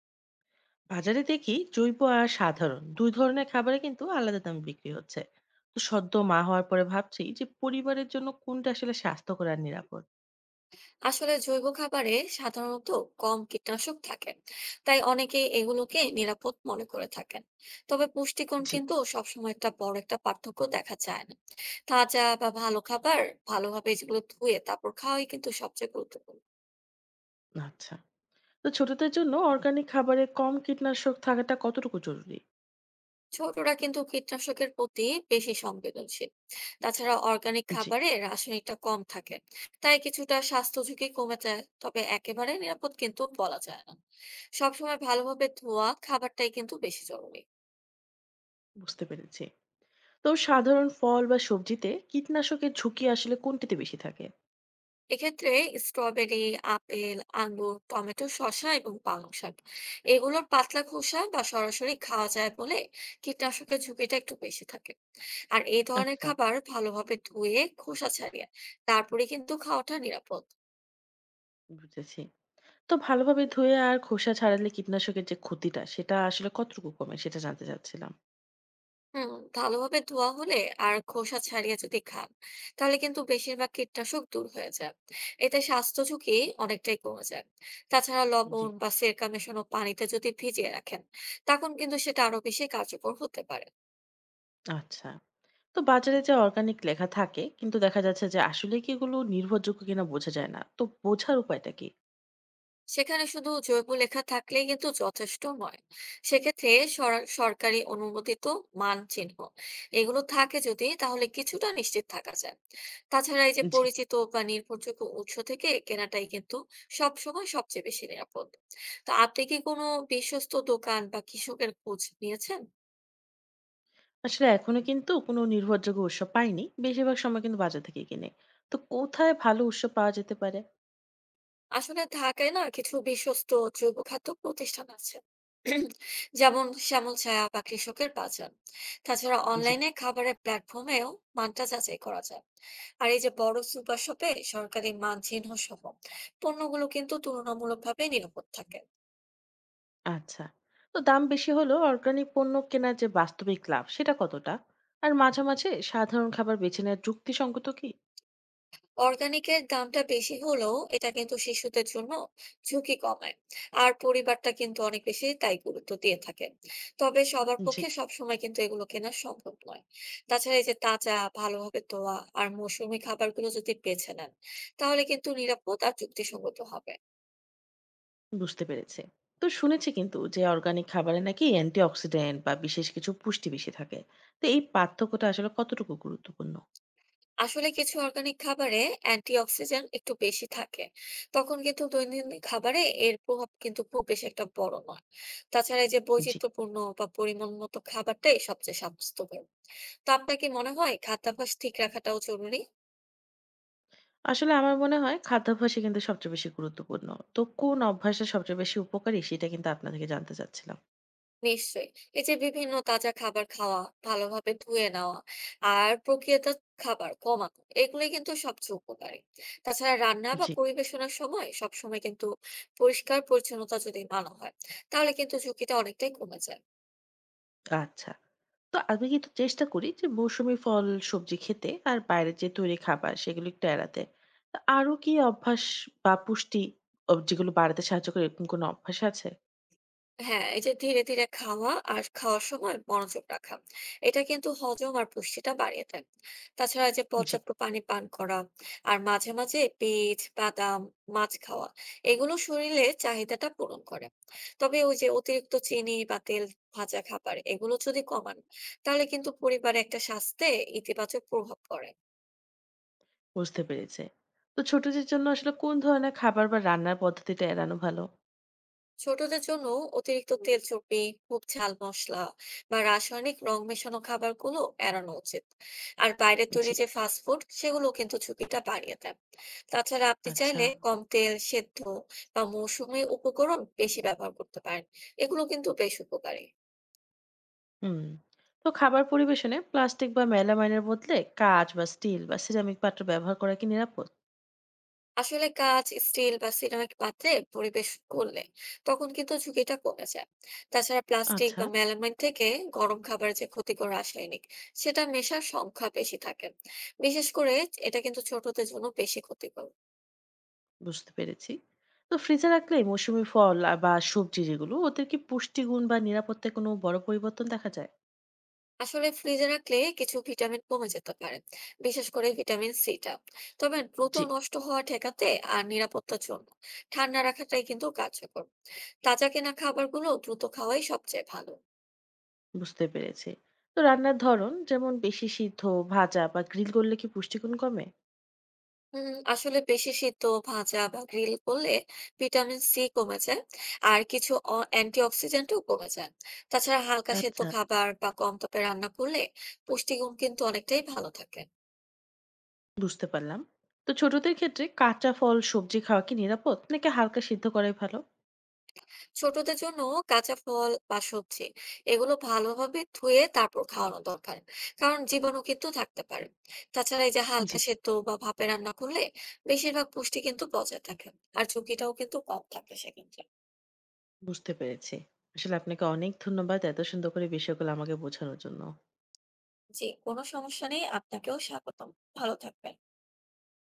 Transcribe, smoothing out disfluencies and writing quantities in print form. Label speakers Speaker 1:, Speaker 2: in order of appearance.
Speaker 1: বাজারে দেখি জৈব আর সাধারণ দুই ধরনের খাবারে কিন্তু আলাদা দামে বিক্রি হচ্ছে। তো সদ্য মা হওয়ার পরে ভাবছি যে পরিবারের জন্য কোনটা আসলে স্বাস্থ্যকর আর নিরাপদ।
Speaker 2: আসলে জৈব খাবারে সাধারণত কম কীটনাশক থাকে, তাই অনেকেই এগুলোকে নিরাপদ মনে করে থাকেন। তবে পুষ্টিগুণ
Speaker 1: জি।
Speaker 2: কিন্তু সবসময় একটা বড় পার্থক্য দেখা যায় না। তাজা বা ভালো খাবার ভালোভাবে যেগুলো ধুয়ে তারপর খাওয়াই কিন্তু সবচেয়ে গুরুত্বপূর্ণ।
Speaker 1: আচ্ছা। তো ছোটদের জন্য অর্গানিক খাবারে কম কীটনাশক থাকাটা কতটুকু জরুরি?
Speaker 2: ছোটরা কিন্তু কীটনাশকের প্রতি বেশি সংবেদনশীল। তাছাড়া অর্গানিক
Speaker 1: জি।
Speaker 2: খাবারে রাসায়নিকটা কম থাকে, তাই কিছুটা স্বাস্থ্য ঝুঁকি কমে যায়। তবে একেবারে নিরাপদ কিন্তু বলা যায় না। সবসময় ভালোভাবে ধোয়া খাবারটাই কিন্তু বেশি জরুরি।
Speaker 1: বুঝতে পেরেছি। তো সাধারণ ফল বা সবজিতে কীটনাশকের ঝুঁকি আসলে কোনটিতে বেশি থাকে?
Speaker 2: এক্ষেত্রে স্ট্রবেরি, আপেল, আঙ্গুর, টমেটো, শসা এবং পালং শাক, এগুলোর পাতলা খোসা বা সরাসরি খাওয়া যায় বলে কীটনাশকের ঝুঁকিটা একটু বেশি থাকে। আর এই ধরনের
Speaker 1: আচ্ছা।
Speaker 2: খাবার ভালোভাবে ধুয়ে খোসা ছাড়িয়ে তারপরে কিন্তু খাওয়াটা নিরাপদ।
Speaker 1: বুঝেছি। তো ভালোভাবে ধুয়ে আর খোসা ছাড়ালে কীটনাশকের যে ক্ষতিটা সেটা আসলে কতটুকু কমে সেটা জানতে চাচ্ছিলাম।
Speaker 2: হুম, ভালোভাবে ধোয়া হলে আর খোসা ছাড়িয়ে যদি খান, তাহলে কিন্তু বেশিরভাগ কীটনাশক দূর হয়ে যায়। এতে স্বাস্থ্য ঝুঁকি অনেকটাই কমে যায়। তাছাড়া
Speaker 1: জি।
Speaker 2: লবণ বা সিরকা মেশানো পানিতে যদি ভিজিয়ে রাখেন, তখন কিন্তু সেটা আরো বেশি কার্যকর হতে পারে।
Speaker 1: আচ্ছা। তো বাজারে যে অর্গানিক লেখা থাকে কিন্তু দেখা যাচ্ছে যে আসলে কি এগুলো নির্ভরযোগ্য কিনা বোঝা যায় না, তো বোঝার উপায়টা কি?
Speaker 2: সেখানে শুধু জৈব লেখা থাকলেই কিন্তু যথেষ্ট নয়। সেক্ষেত্রে সরকারি অনুমোদিত মান চিহ্ন এগুলো থাকে যদি, তাহলে কিছুটা নিশ্চিত থাকা যায়। তাছাড়া এই যে
Speaker 1: জি।
Speaker 2: পরিচিত বা নির্ভরযোগ্য উৎস থেকে কেনাটাই কিন্তু সবসময় সবচেয়ে বেশি নিরাপদ। তো আপনি কি কোনো বিশ্বস্ত দোকান বা কৃষকের খোঁজ নিয়েছেন?
Speaker 1: আসলে এখনো কিন্তু কোনো নির্ভরযোগ্য উৎস পাইনি, বেশিরভাগ সময় কিন্তু বাজার থেকে কিনে। তো কোথায় ভালো উৎস পাওয়া যেতে পারে?
Speaker 2: আসলে ঢাকায় না কিছু বিশ্বস্ত জৈব খাদ্য প্রতিষ্ঠান আছে। যেমন শ্যামল ছায়া বা কৃষকের বাজার। তাছাড়া
Speaker 1: জি।
Speaker 2: অনলাইনে খাবারের প্ল্যাটফর্মেও মানটা যাচাই করা যায়। আর এই যে বড় সুপার শপে সরকারি মান চিহ্ন সহ পণ্যগুলো কিন্তু তুলনামূলকভাবে নিরাপদ থাকে।
Speaker 1: আচ্ছা। তো দাম বেশি হলো অর্গানিক পণ্য কেনার যে বাস্তবিক লাভ সেটা কতটা? আর মাঝামাঝি সাধারণ খাবার বেছে নেওয়ার যুক্তিসঙ্গত কি?
Speaker 2: অর্গানিকের দামটা বেশি হলেও এটা কিন্তু শিশুদের জন্য ঝুঁকি কমায়। আর পরিবারটা কিন্তু অনেক বেশি তাই গুরুত্ব দিয়ে থাকে। তবে সবার
Speaker 1: জি।
Speaker 2: পক্ষে সবসময় কিন্তু এগুলো কেনা সম্ভব নয়। তাছাড়া এই যে তাজা, ভালোভাবে ধোয়া আর মৌসুমী খাবারগুলো যদি বেছে নেন, তাহলে কিন্তু নিরাপদ আর যুক্তিসঙ্গত হবে।
Speaker 1: বুঝতে পেরেছি। তো শুনেছি কিন্তু যে অর্গানিক খাবারে নাকি অ্যান্টিঅক্সিডেন্ট বা বিশেষ কিছু পুষ্টি বেশি থাকে। তো এই পার্থক্যটা আসলে কতটুকু গুরুত্বপূর্ণ?
Speaker 2: আসলে কিছু অর্গানিক খাবারে অ্যান্টি অক্সিডেন্ট একটু বেশি থাকে, তখন কিন্তু দৈনন্দিন খাবারে এর প্রভাব কিন্তু খুব বেশি একটা বড় নয়। তাছাড়া এই যে
Speaker 1: জি।
Speaker 2: বৈচিত্র্যপূর্ণ বা পরিমাণ মতো খাবারটাই সবচেয়ে স্বাস্থ্যকর। তো আপনার কি মনে হয় খাদ্যাভ্যাস ঠিক রাখাটাও জরুরি?
Speaker 1: আসলে আমার মনে হয় খাদ্যাভ্যাসই কিন্তু সবচেয়ে বেশি গুরুত্বপূর্ণ। তো কোন অভ্যাসটা সবচেয়ে বেশি উপকারী সেটা কিন্তু আপনার থেকে জানতে চাচ্ছিলাম।
Speaker 2: নিশ্চয়ই। এই যে বিভিন্ন তাজা খাবার খাওয়া, ভালোভাবে ধুয়ে নেওয়া আর প্রক্রিয়াজাত খাবার কমানো, এগুলোই কিন্তু সবচেয়ে উপকারী। তাছাড়া রান্না বা
Speaker 1: জি।
Speaker 2: পরিবেশনার সময় সবসময় কিন্তু পরিষ্কার পরিচ্ছন্নতা যদি মানা হয়, তাহলে কিন্তু ঝুঁকিটা অনেকটাই কমে যায়।
Speaker 1: আচ্ছা। তো আমি কিন্তু চেষ্টা করি যে মৌসুমী ফল সবজি খেতে আর বাইরের যে তৈরি খাবার সেগুলো একটু এড়াতে। তো আরো কি অভ্যাস বা পুষ্টি ও যেগুলো বাড়াতে সাহায্য করে এরকম কোনো অভ্যাস আছে?
Speaker 2: হ্যাঁ, এই যে ধীরে ধীরে খাওয়া আর খাওয়ার সময় মনোযোগ রাখা, এটা কিন্তু হজম আর পুষ্টিটা বাড়িয়ে দেয়। তাছাড়া এই যে
Speaker 1: জি।
Speaker 2: পর্যাপ্ত পানি পান করা আর মাঝে মাঝে বীজ, বাদাম, মাছ খাওয়া, এগুলো শরীরে চাহিদাটা পূরণ করে। তবে ওই যে অতিরিক্ত চিনি বা তেল ভাজা খাবার এগুলো যদি কমান, তাহলে কিন্তু পরিবারে একটা স্বাস্থ্যে ইতিবাচক প্রভাব পড়ে।
Speaker 1: বুঝতে পেরেছি। তো ছোটদের জন্য আসলে কোন ধরনের খাবার বা রান্নার পদ্ধতিটা এড়ানো ভালো?
Speaker 2: ছোটদের জন্য অতিরিক্ত তেল চর্বি, খুব ঝাল মশলা বা রাসায়নিক রং মেশানো খাবার গুলো এড়ানো উচিত। আর বাইরের তৈরি
Speaker 1: জি,
Speaker 2: যে ফাস্ট ফুড সেগুলো কিন্তু ঝুঁকিটা বাড়িয়ে দেয়। তাছাড়া আপনি
Speaker 1: আচ্ছা।
Speaker 2: চাইলে কম তেল সেদ্ধ বা মৌসুমী উপকরণ বেশি ব্যবহার করতে পারেন, এগুলো কিন্তু বেশ উপকারী।
Speaker 1: হুম। তো খাবার পরিবেশনে প্লাস্টিক বা মেলামাইনের বদলে কাঁচ বা স্টিল বা সিরামিক পাত্র ব্যবহার করা কি নিরাপদ?
Speaker 2: আসলে কাঁচ, স্টিল বা সিরামিক পাত্রে পরিবেশ করলে তখন কিন্তু ঝুঁকিটা কমে যায়। তাছাড়া প্লাস্টিক
Speaker 1: আচ্ছা,
Speaker 2: বা মেলামাইন থেকে গরম খাবারের যে ক্ষতিকর রাসায়নিক সেটা মেশার সংখ্যা বেশি থাকে। বিশেষ করে এটা কিন্তু ছোটদের জন্য বেশি ক্ষতিকর।
Speaker 1: বুঝতে পেরেছি। তো ফ্রিজে রাখলে মৌসুমী ফল বা সবজি যেগুলো ওদের কি পুষ্টিগুণ বা নিরাপত্তায় কোনো বড় পরিবর্তন দেখা যায়?
Speaker 2: আসলে ফ্রিজে রাখলে কিছু ভিটামিন কমে যেতে পারে, বিশেষ করে ভিটামিন সিটা। তবে দ্রুত
Speaker 1: জি,
Speaker 2: নষ্ট হওয়া ঠেকাতে আর নিরাপত্তার জন্য ঠান্ডা রাখাটাই কিন্তু কার্যকর। তাজা কেনা খাবারগুলো দ্রুত খাওয়াই সবচেয়ে ভালো।
Speaker 1: বুঝতে পেরেছি। তো রান্নার ধরন যেমন বেশি সিদ্ধ, ভাজা বা গ্রিল করলে কি পুষ্টিগুণ কমে?
Speaker 2: আসলে বেশি সিদ্ধ, ভাজা বা গ্রিল করলে ভিটামিন সি কমে যায়, আর কিছু অ্যান্টিঅক্সিডেন্টও কমে যায়। তাছাড়া হালকা সেদ্ধ
Speaker 1: আচ্ছা।
Speaker 2: খাবার বা কম তাপে রান্না করলে পুষ্টিগুণ কিন্তু অনেকটাই ভালো থাকে।
Speaker 1: বুঝতে পারলাম। তো ছোটদের ক্ষেত্রে কাঁচা ফল, সবজি খাওয়া কি নিরাপদ? নাকি হালকা সিদ্ধ করাই ভালো?
Speaker 2: ছোটদের জন্য কাঁচা ফল বা সবজি, এগুলো ভালোভাবে ধুয়ে তারপর খাওয়ানো দরকার, কারণ জীবাণু কিন্তু থাকতে পারে। তাছাড়া এই যে
Speaker 1: জি।
Speaker 2: হালকা সেদ্ধ বা ভাপে রান্না করলে বেশিরভাগ পুষ্টি কিন্তু বজায় থাকে, আর ঝুঁকিটাও কিন্তু কম থাকে সেক্ষেত্রে।
Speaker 1: বুঝতে পেরেছি। আসলে আপনাকে অনেক ধন্যবাদ এত সুন্দর করে বিষয়গুলো আমাকে বোঝানোর জন্য।
Speaker 2: জি, কোনো সমস্যা নেই। আপনাকেও স্বাগতম। ভালো থাকবেন।